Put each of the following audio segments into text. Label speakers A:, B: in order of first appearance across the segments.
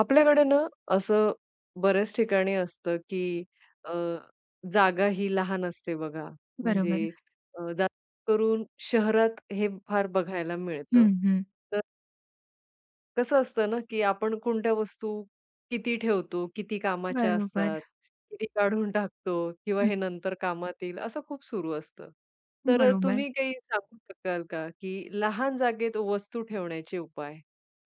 A: आपल्याकडे ना असं बऱ्याच ठिकाणी असतं की अ, जागा ही लहान असते बघा. म्हणजे
B: बरोबर.
A: जास्त करून शहरात हे फार बघायला मिळतं.
B: हं, हं.
A: तर कसं असतं ना की आपण कोणत्या वस्तू किती ठेवतो, किती कामाच्या
B: बरोबर.
A: असतात, किती काढून टाकतो किंवा
B: हं.
A: हे नंतर कामात येईल, असं खूप सुरू असतं. तर
B: बरोबर.
A: तुम्ही काही सांगू शकाल का की लहान जागेत वस्तू ठेवण्याचे उपाय?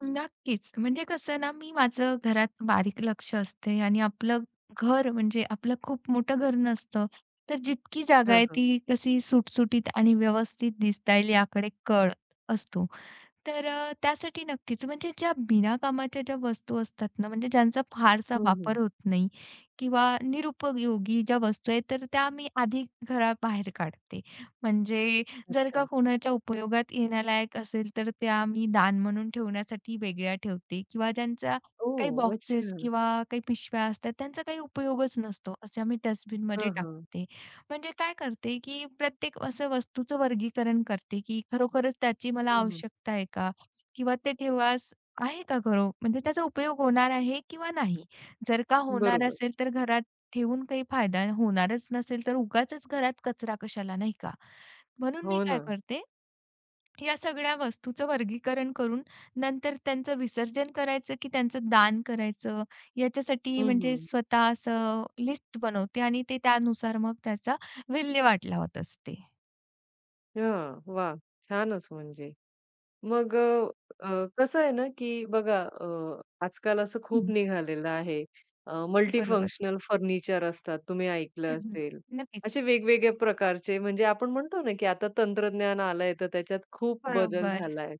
B: नक्कीच. म्हणजे कसं ना, मी माझं घरात बारीक लक्ष असते आणि आपलं घर म्हणजे आपलं खूप मोठं घर नसतं. तर जितकी जागा
A: हां,
B: आहे
A: हां.
B: ती कशी सुटसुटीत आणि व्यवस्थित दिसता येईल याकडे कळ असतो. तर त्यासाठी नक्कीच म्हणजे ज्या बिना कामाच्या ज्या वस्तू असतात ना, म्हणजे ज्यांचा फारसा
A: हं, हं.
B: वापर होत नाही किंवा निरुपयोगी ज्या वस्तू आहेत, तर त्या मी आधी घराबाहेर काढते. म्हणजे जर
A: अच्छा.
B: का कोणाच्या उपयोगात येण्यालायक असेल, तर त्या मी दान म्हणून ठेवण्यासाठी वेगळ्या ठेवते किंवा ज्यांचा काही
A: ओह! अच्छा.
B: बॉक्सेस किंवा काही पिशव्या असतात, त्यांचा काही उपयोगच नसतो, अशा मी
A: हां,
B: डस्टबिनमध्ये
A: हां.
B: टाकते. म्हणजे काय करते, की प्रत्येक असं वस्तूचं वर्गीकरण करते, की खरोखरच त्याची मला
A: हं, हं.
B: आवश्यकता आहे का? किंवा ते ठेवास आहे का खरो म्हणजे त्याचा उपयोग होणार आहे किंवा नाही? जर का होणार
A: बरोबर.
B: असेल, तर घरात ठेवून काही फायदा होणारच नसेल, तर उगाचच घरात कचरा कशाला, नाही का? म्हणून मी
A: हो
B: काय
A: ना.
B: करते, या सगळ्या वस्तूचं वर्गीकरण करून नंतर त्यांचं विसर्जन करायचं की त्यांचं दान करायचं याच्यासाठी
A: हं,
B: म्हणजे
A: हं.
B: स्वतः असं लिस्ट बनवते आणि ते त्यानुसार मग त्याचा विल्हेवाट लावत असते.
A: हां. वाह! छानच म्हणजे. मग अ, अ, कसं आहे ना, की बघा आजकाल असं खूप
B: हं.
A: निघालेलं आहे.
B: बरोबर.
A: मल्टीफंक्शनल फर्निचर असतात, तुम्ही
B: हं,
A: ऐकलं
B: हं.
A: असेल.
B: नक्कीच.
A: असे वेगवेगळ्या प्रकारचे म्हणजे आपण म्हणतो ना, की आता तंत्रज्ञान आलंय, तर त्याच्यात खूप बदल
B: बरोबर.
A: झालाय.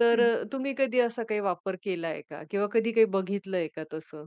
A: तर
B: हं.
A: तुम्ही कधी असा काही वापर केलाय का? किंवा कधी काही बघितलंय का तसं?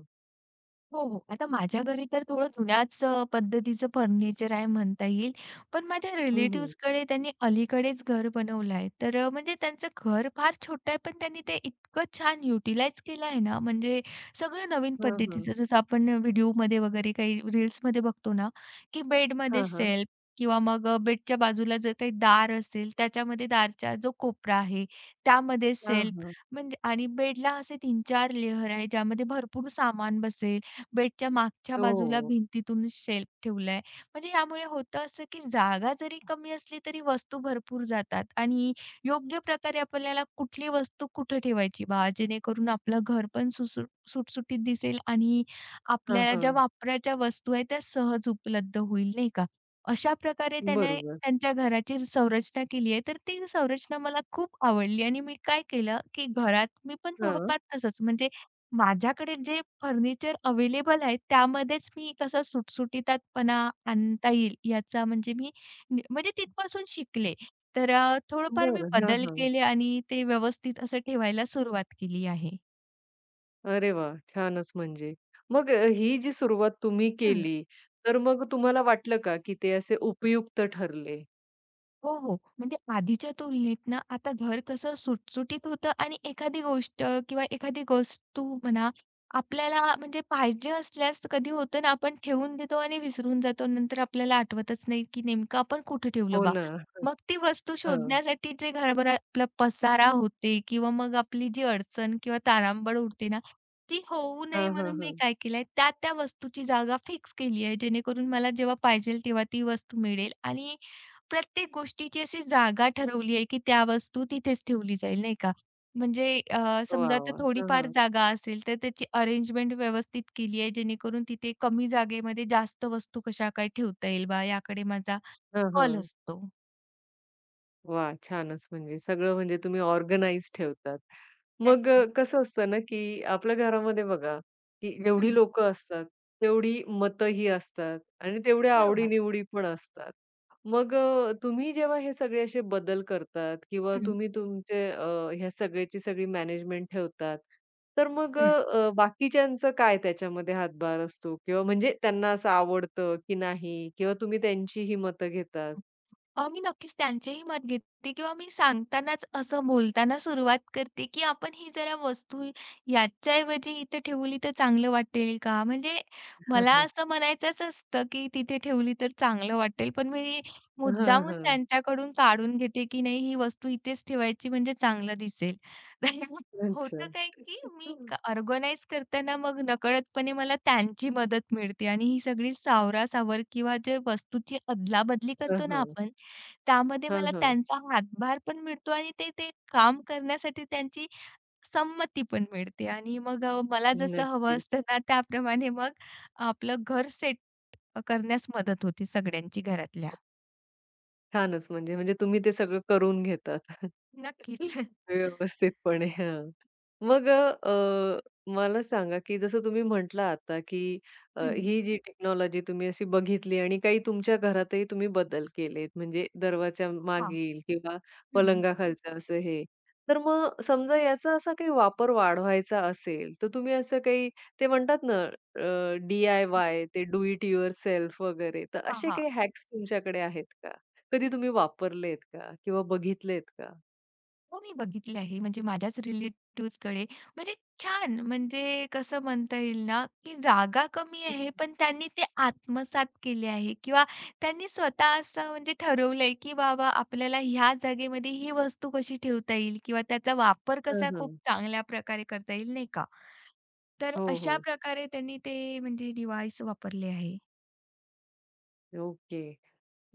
B: हो, हो. आता माझ्या घरी तर थोडं जुन्याच पद्धतीचं फर्निचर आहे म्हणता येईल. पण माझ्या
A: हं, हं.
B: रिलेटिव्हजकडे त्यांनी अलीकडेच घर बनवलं आहे. तर म्हणजे त्यांचं घर फार छोटं आहे, पण त्यांनी ते इतकं छान युटिलाइज केलं आहे ना, म्हणजे सगळं नवीन
A: हां, हां.
B: पद्धतीचं जसं आपण व्हिडिओमध्ये वगैरे काही रील्समध्ये बघतो ना, की बेडमध्ये
A: हां, हां.
B: शेल्फ किंवा मग बेडच्या बाजूला जर काही दार असेल, त्याच्यामध्ये दारचा जो कोपरा आहे, त्यामध्ये
A: हां,
B: शेल्फ
A: हां.
B: म्हणजे आणि बेडला असे 3-4 लेयर आहे, ज्यामध्ये भरपूर सामान बसेल. बेडच्या मागच्या बाजूला
A: हो.
B: भिंतीतून शेल्फ ठेवलाय. म्हणजे यामुळे होतं असं, की जागा जरी कमी असली तरी वस्तू भरपूर जातात आणि योग्य प्रकारे आपल्याला कुठली वस्तू कुठे ठेवायची बा, जेणेकरून आपलं घर पण सुटसुटीत दिसेल आणि
A: हां,
B: आपल्याला
A: हां.
B: ज्या वापराच्या वस्तू आहेत त्या सहज उपलब्ध होईल, नाही का? अशा प्रकारे त्याने
A: बरोबर.
B: त्यांच्या घराची संरचना केली आहे. तर ती संरचना मला खूप आवडली आणि मी काय केलं, की घरात मी पण
A: हां.
B: थोडंफार तसंच म्हणजे माझ्याकडे जे फर्निचर अवेलेबल आहे, त्यामध्येच मी कसं सुटसुटीतपणा आणता येईल याचा म्हणजे मी नि म्हणजे तिथपासून शिकले. तर थोडंफार मी
A: बरं. हां,
B: बदल
A: हां.
B: केले आणि ते व्यवस्थित असं ठेवायला सुरुवात केली आहे.
A: अरे वाह! छानच म्हणजे. मग ही जी सुरुवात तुम्ही केली, तर मग तुम्हाला वाटलं का, की ते असे उपयुक्त ठरले?
B: हो, हो. म्हणजे आधीच्या तुलनेत ना, आता घर कसं सुटसुटीत होतं आणि एखादी गोष्ट किंवा एखादी वस्तू म्हणा, आपल्याला म्हणजे पाहिजे असल्यास कधी होतं ना, आपण ठेवून देतो आणि विसरून जातो. नंतर आपल्याला आठवतच नाही, की नेमकं आपण कुठे ठेवलं
A: हो
B: बा.
A: ना.
B: मग ती वस्तू
A: हां.
B: शोधण्यासाठी जे घरभर आपला पसारा होते किंवा मग आपली जी अडचण किंवा तारांबळ उडते ना, ती होऊ
A: हां,
B: नये
A: हां,
B: म्हणून मी
A: हां.
B: काय केलंय, त्या-त्या वस्तूची जागा फिक्स केली आहे. जेणेकरून मला जेव्हा पाहिजेल तेव्हा ती वस्तू मिळेल आणि प्रत्येक गोष्टीची अशी जागा ठरवली आहे, की त्या वस्तू तिथेच ठेवली जाईल, नाही का? म्हणजे समजा
A: वाह!
B: तर
A: वाह! हां,
B: थोडीफार
A: हां.
B: जागा असेल, तर त्याची अरेंजमेंट व्यवस्थित केली आहे, जेणेकरून तिथे कमी जागेमध्ये जास्त वस्तू कशा काय ठेवता येईल बा, याकडे माझा
A: हां,
B: कल
A: हां.
B: असतो.
A: वा, छानच म्हणजे सगळं म्हणजे तुम्ही ऑर्गनाइज ठेवतात. मग
B: नक्की.
A: कसं असतं ना, की आपल्या घरामध्ये बघा, की जेवढी
B: हं.
A: लोकं असतात, तेवढी मतंही असतात आणि तेवढ्या
B: बरोबर.
A: आवडी-निवडी पण असतात. मग तुम्ही जेव्हा हे सगळे असे बदल करतात किंवा
B: हं,
A: तुम्ही तुमचे ह्या सगळ्याची सगळी मॅनेजमेंट ठेवतात, तर मग
B: हं.
A: बाकीच्यांचं काय त्याच्यामध्ये हातभार असतो? किंवा म्हणजे त्यांना असं आवडतं की नाही? किंवा तुम्ही त्यांचीही मतं घेतात?
B: मी नक्कीच त्यांचेही मत घेते किंवा मी सांगतानाच असं बोलताना सुरुवात करते, की आपण ही जरा वस्तू याच्याऐवजी इथे ठेवली तर चांगलं वाटेल का? म्हणजे
A: हां,
B: मला
A: हां.
B: असं म्हणायचंच असतं, की तिथे ठेवली तर चांगलं वाटेल. पण मी मुद्दामून त्यांच्याकडून काढून घेते, की नाही ही वस्तू इथेच ठेवायची म्हणजे चांगलं दिसेल.
A: अच्छा.
B: होतं काय, की मी ऑर्गनाइज करताना मग नकळतपणे मला त्यांची मदत मिळते आणि ही सगळी सावरासावर किंवा जे वस्तूची अदलाबदली
A: हं,
B: करतो ना
A: हं.
B: आपण, त्यामध्ये
A: हां,
B: मला
A: हां.
B: त्यांचा हातभार पण मिळतो आणि ते ते काम करण्यासाठी त्यांची संमती पण मिळते आणि मग मला जसं हवं
A: नक्की.
B: असतं ना, त्याप्रमाणे मग आपलं घर सेट करण्यास मदत होते सगळ्यांची घरातल्या.
A: छानच म्हणजे, म्हणजे तुम्ही ते सगळं करून घेतात.
B: नक्कीच.
A: व्यवस्थितपणे हां. मग अ, अ, मला सांगा, की जसं तुम्ही म्हटलं आता, की
B: हं.
A: ही जी टेक्नॉलॉजी तुम्ही अशी बघितली आणि काही तुमच्या घरातही तुम्ही बदल केलेत, म्हणजे दरवाजा
B: हां.
A: मागील किंवा
B: हं, हं.
A: पलंगाखालचं असं हे. तर मग समजा याचा असा काही वापर वाढवायचा असेल, तर तुम्ही असं काही ते म्हणतात ना डी-आय-वाय, ते डू इट युअरसेल्फ वगैरे, तर असे
B: हां,
A: काही हॅक्स तुमच्याकडे आहेत कधी तुम्ही वापरलेत का? किंवा बघितलेत का?
B: हो, मी बघितली आहे. म्हणजे माझ्याच रिलेटिव्हजकडे म्हणजे छान म्हणजे कसं म्हणता येईल ना, की जागा कमी आहे, पण त्यांनी ते आत्मसात केले आहे किंवा त्यांनी स्वतः असं म्हणजे ठरवलंय, की बाबा आपल्याला ह्या जागेमध्ये ही वस्तू कशी ठेवता येईल किंवा त्याचा वापर
A: हं,
B: कसा खूप
A: हं.
B: चांगल्या प्रकारे करता येईल, नाही का? तर
A: हो,
B: अशा
A: हो.
B: प्रकारे त्यांनी ते म्हणजे डिव्हाइस वापरले आहे.
A: ओके.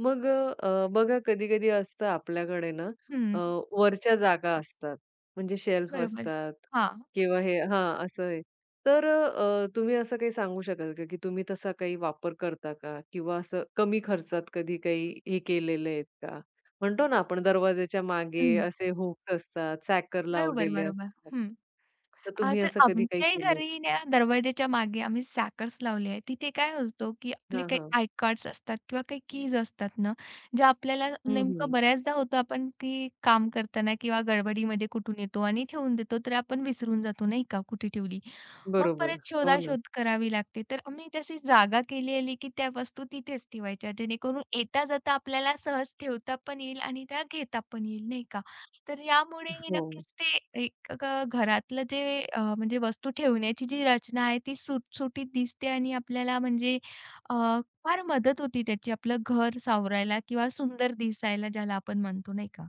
A: मग बघा कधी-कधी असतं आपल्याकडे ना अ,
B: हं,
A: वरच्या जागा असतात. म्हणजे शेल्फ
B: बरोबर.
A: असतात
B: हां.
A: किंवा हे हां, असं आहे. तर तुम्ही असं काही सांगू शकाल का, की तुम्ही तसा काही वापर करता का? किंवा असं कमी खर्चात कधी काही हे केलेले आहेत का? म्हणतो ना आपण दरवाजाच्या मागे
B: हं.
A: असे हुक्स असतात, सॅकर
B: बरोबर,
A: लावलेले
B: बरोबर.
A: असतात.
B: हं.
A: तर तुम्ही
B: तर
A: असं कधी काही
B: आमच्याही
A: केलंय?
B: घरी ना दरवाजाच्या मागे आम्ही सॅकर्स लावले आहे. तिथे काय होतं, की आपले
A: हां,
B: काही
A: हां.
B: आय कार्ड्स असतात किंवा काही कीज असतात ना, ज्या आपल्याला
A: हं,
B: नेमकं
A: हं.
B: बऱ्याचदा होतं आपण की काम करताना किंवा गडबडीमध्ये कुठून येतो आणि ठेवून देतो, तर आपण विसरून जातो नाही का कुठे ठेवली. मग
A: बरोबर.
B: परत
A: हो ना.
B: शोधाशोध करावी लागते. तर आम्ही तशी जागा केलेली की त्या वस्तू तिथेच ठेवायच्या जेणेकरून येता-जाता आपल्याला सहज ठेवता पण येईल आणि त्या घेता पण येईल नाही का. तर यामुळेही
A: हो.
B: नक्कीच ते एक ग घरातलं जे म्हणजे वस्तू ठेवण्याची जी रचना आहे ती सुटसुटीत दिसते आणि आपल्याला म्हणजे अ, फार मदत होती त्याची आपलं घर सावरायला किंवा सुंदर दिसायला ज्याला आपण म्हणतो नाही का?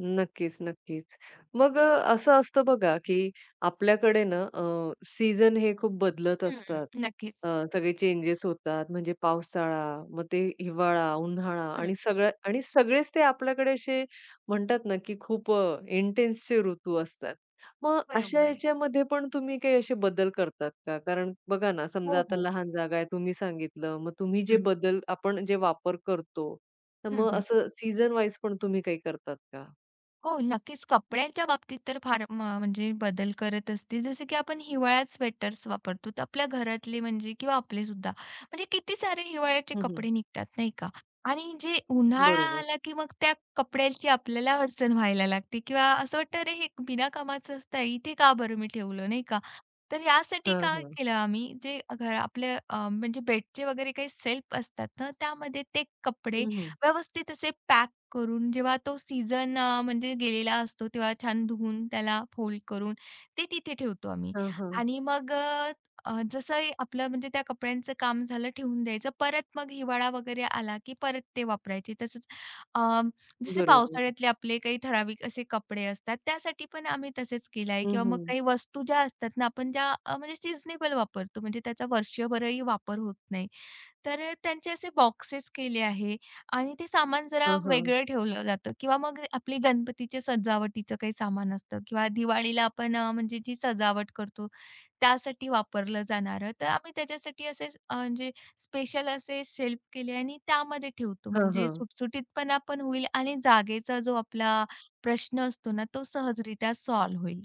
A: नक्कीच, नक्कीच. मग असं असतं बघा, की आपल्याकडे ना सीझन हे खूप बदलत
B: हं,
A: असतात.
B: नक्कीच.
A: सगळे चेंजेस होतात. म्हणजे पावसाळा, मग ते हिवाळा, उन्हाळा
B: हं,
A: आणि सगळं आणि सगळेच ते आपल्याकडे असे म्हणतात ना, की खूप इंटेन्सचे ऋतू असतात. मग अशा
B: बरोबर.
A: याच्यामध्ये पण तुम्ही काही असे बदल करतात का? कारण बघा ना, समजा
B: हो,
A: आता
B: हो.
A: लहान जागा आहे तुम्ही सांगितलं, मग तुम्ही जे
B: हं,
A: बदल आपण जे वापर करतो, तर
B: हं,
A: मग
B: हं.
A: असं सीझन वाईज पण तुम्ही काही करतात का?
B: हो, नक्कीच. कपड्यांच्या बाबतीत तर फार म्हणजे बदल करत असते. जसं की आपण हिवाळ्यात स्वेटर्स वापरतो, तर आपल्या घरातले म्हणजे किंवा आपले सुद्धा म्हणजे किती सारे हिवाळ्याचे
A: हं, हं.
B: कपडे निघतात, नाही का? आणि जे उन्हाळा
A: बरोबर.
B: आला, की मग त्या कपड्यांची आपल्याला अडचण व्हायला लागते किंवा असं वाटतं, "अरे, हे बिना कामाचं असतं. इथे का बरं मी ठेवलं?" नाही का? तर यासाठी
A: हां,
B: काय
A: हां.
B: केलं आम्ही, जे घर आपल्या म्हणजे बेडचे वगैरे काही सेल्फ असतात ना, त्यामध्ये ते कपडे
A: हं, हं.
B: व्यवस्थित असे पॅक करून जेव्हा तो सीझन म्हणजे गेलेला असतो तेव्हा छान धुवून त्याला फोल्ड करून ते तिथे ठेवतो आम्ही.
A: हां, हां.
B: आणि मग अ, अ, जसं आपलं म्हणजे त्या कपड्यांचं काम झालं ठेवून द्यायचं. परत मग हिवाळा वगैरे आला की परत ते वापरायचे. तसंच अ, जसे
A: बरोबर.
B: पावसाळ्यातले आपले काही ठराविक असे कपडे असतात त्यासाठी पण आम्ही तसेच केलं आहे
A: हं,
B: किंवा मग
A: हं.
B: काही वस्तू ज्या असतात ना आपण ज्या म्हणजे सीझनेबल वापरतो म्हणजे त्याचा वर्षभरही वापर होत नाही. तर त्यांचे असे बॉक्सेस केले आहे आणि ते सामान जरा
A: हां, हां.
B: वेगळं ठेवलं जातं किंवा मग आपली गणपतीच्या सजावटीचं काही सामान असतं किंवा दिवाळीला आपण म्हणजे जी सजावट करतो त्यासाठी वापरलं जाणारं. तर आम्ही त्याच्यासाठी असे म्हणजे स्पेशल असे शेल्फ केले आणि त्यामध्ये ठेवतो.
A: हां,
B: म्हणजे
A: हां.
B: सुटसुटीतपणा पण होईल आणि जागेचा जो आपला प्रश्न असतो ना, तो सहजरित्या सॉल्व्ह होईल.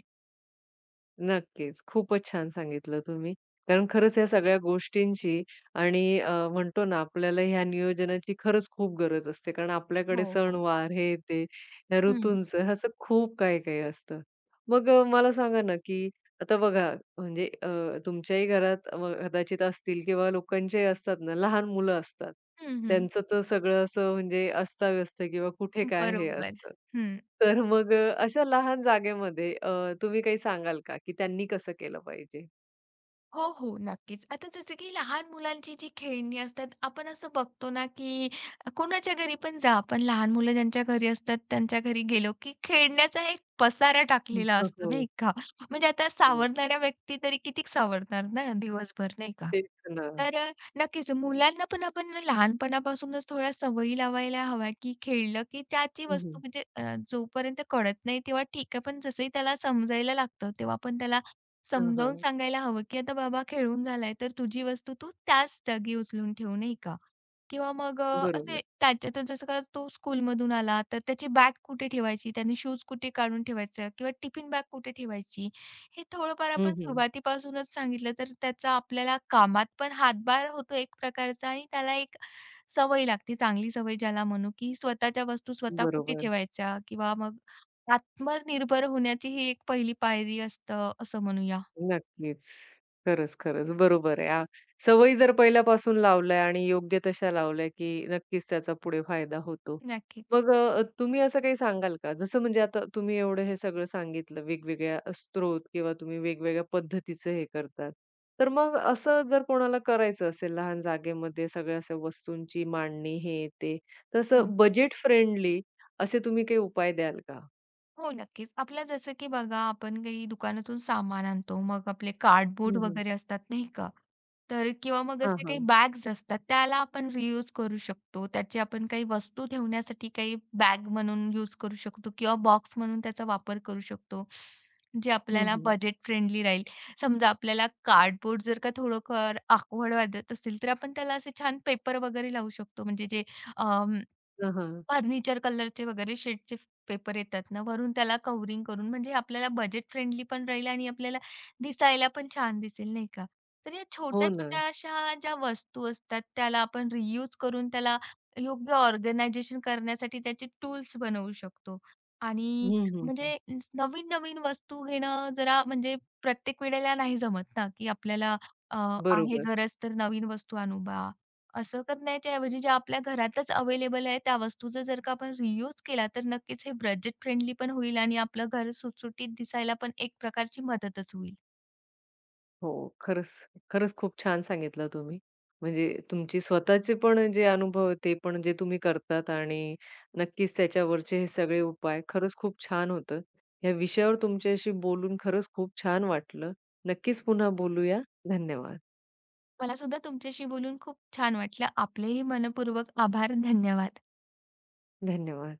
A: नक्कीच. खूपच छान सांगितलं तुम्ही. कारण खरंच या सगळ्या गोष्टींची आणि म्हणतो ना आपल्याला ह्या नियोजनाची खरंच खूप गरज असते. कारण
B: हो,
A: आपल्याकडे
B: हो.
A: सणवार, हे ते, या
B: हं,
A: ऋतूंचं असं खूप काही-काही असतं. मग मला सांगा ना, की आता बघा म्हणजे तुमच्याही घरात कदाचित असतील किंवा लोकांचे असतात ना, लहान मुलं असतात.
B: हं, हं.
A: त्यांचं तर सगळं असं म्हणजे अस्ताव्यस्त किंवा कुठे काय हे
B: बरोबर.
A: असतं.
B: हं.
A: तर मग अशा लहान जागेमध्ये तुम्ही काही सांगाल का, की त्यांनी कसं केलं पाहिजे?
B: हो, हो. नक्कीच. आता जसं की लहान मुलांची जी खेळणी असतात, आपण असं बघतो ना, की कोणाच्या घरी पण जा, आपण लहान मुलं ज्यांच्या घरी असतात, त्यांच्या घरी गेलो, की खेळण्याचा एक पसारा
A: हं,
B: टाकलेला
A: हो,
B: असतो,
A: हो,
B: नाही का? म्हणजे आता
A: हो.
B: सावरणाऱ्या व्यक्ती तरी किती सावरणार ना दिवसभर, नाही का?
A: तेच ना.
B: तर नक्कीच मुलांना पण आपण लहानपणापासूनच थोड्या सवयी लावायला हव्या, की खेळलं की त्याची
A: हं, हं.
B: वस्तू म्हणजे जोपर्यंत कळत नाही तेव्हा ठीक आहे, पण जसंही त्याला समजायला लागतं, तेव्हा आपण त्याला
A: हां,
B: समजावून
A: हां.
B: सांगायला हवं, की आता बाबा खेळून झालाय, तर तुझी वस्तू तू त्याच जागी उचलून ठेव, नाही का? किंवा मग
A: बरोबर.
B: असे त्याच्यातच जसं का तो स्कूलमधून आला, तर त्याची बॅग कुठे ठेवायची, त्याने शूज कुठे काढून ठेवायचं किंवा टिफिन बॅग कुठे ठेवायची, हे थोडंफार
A: हं,
B: आपण
A: हं.
B: सुरुवातीपासूनच सांगितलं, तर त्याचा आपल्याला कामात पण हातभार होतो एक प्रकारचा आणि त्याला एक सवय लागते, चांगली सवय ज्याला म्हणू, की स्वतःच्या वस्तू स्वतः कुठे
A: बरोबर.
B: ठेवायच्या किंवा मग आत्मनिर्भर होण्याची ही एक पहिली पायरी असतं, असं म्हणूया.
A: नक्कीच. खरंच, खरंच. बरोबर आहे. सवयी जर पहिल्यापासून लावल्या आणि योग्य तशा लावल्या, की नक्कीच त्याचा पुढे फायदा होतो.
B: नक्कीच.
A: मग तुम्ही असं काही सांगाल का? जसं म्हणजे आता तुम्ही एवढं हे सगळं सांगितलं, वेगवेगळ्या स्त्रोत किंवा तुम्ही वेगवेगळ्या पद्धतीचं हे करतात. तर मग असं जर कोणाला करायचं असेल लहान जागेमध्ये सगळ्या अशा वस्तूंची मांडणी हे ते,
B: हं.
A: तसं बजेट फ्रेंडली असे तुम्ही काही उपाय द्याल का?
B: हो, नक्कीच. आपल्या जसं की बघा, आपण काही दुकानातून सामान आणतो, मग आपले कार्डबोर्ड
A: हं, हं.
B: वगैरे असतात, नाही का? तर किंवा मग
A: हां,
B: असे
A: हां.
B: काही बॅग्स असतात, त्याला आपण रियूज करू शकतो. त्याची आपण काही वस्तू ठेवण्यासाठी काही बॅग म्हणून यूज करू शकतो किंवा बॉक्स म्हणून त्याचा वापर करू शकतो, जे
A: हं,
B: आपल्याला
A: हं.
B: बजेट फ्रेंडली राहील. समजा आपल्याला कार्डबोर्ड जर का थोडंफार awkward वाटत असेल, तर आपण त्याला असे छान पेपर वगैरे लावू शकतो. म्हणजे जे
A: हां,
B: फर्निचर कलरचे वगैरे शेडचे पेपर येतात ना, वरून त्याला कव्हरिंग करून म्हणजे आपल्याला बजेट फ्रेंडली पण राहील आणि आपल्याला दिसायला पण छान दिसेल, नाही का? तर या
A: हो ना.
B: छोट्या-छोट्या अशा ज्या वस्तू असतात, त्याला आपण रियूज करून त्याला योग्य ऑर्गनायझेशन करण्यासाठी त्याचे टूल्स बनवू शकतो.
A: हं,
B: आणि
A: हं, हं.
B: म्हणजे नवीन-नवीन वस्तू घेणं जरा म्हणजे प्रत्येक वेळेला नाही जमत ना, की आपल्याला अ, आहे
A: बरोबर.
B: गरज तर नवीन वस्तू आणू बा. असं करण्याच्या ऐवजी जे आपल्या घरातच अवेलेबल आहे त्या वस्तूचा जर का आपण रियूज केला तर नक्कीच हे बजेट फ्रेंडली पण होईल आणि आपलं घर सुटसुटीत दिसायला पण एक प्रकारची मदतच होईल.
A: हो, खरंच, खरंच खूप छान सांगितलं तुम्ही. म्हणजे तुमची स्वतःचे पण जे अनुभव आहेत, ते पण जे तुम्ही करतात आणि नक्कीच त्याच्यावरचे हे सगळे उपाय. खरंच खूप छान होतं. या विषयावर तुमच्याशी बोलून खरंच खूप छान वाटलं. नक्कीच पुन्हा बोलूया. धन्यवाद.
B: मला सुद्धा तुमच्याशी बोलून खूप छान वाटलं. आपलेही मनपूर्वक आभार. धन्यवाद.
A: धन्यवाद.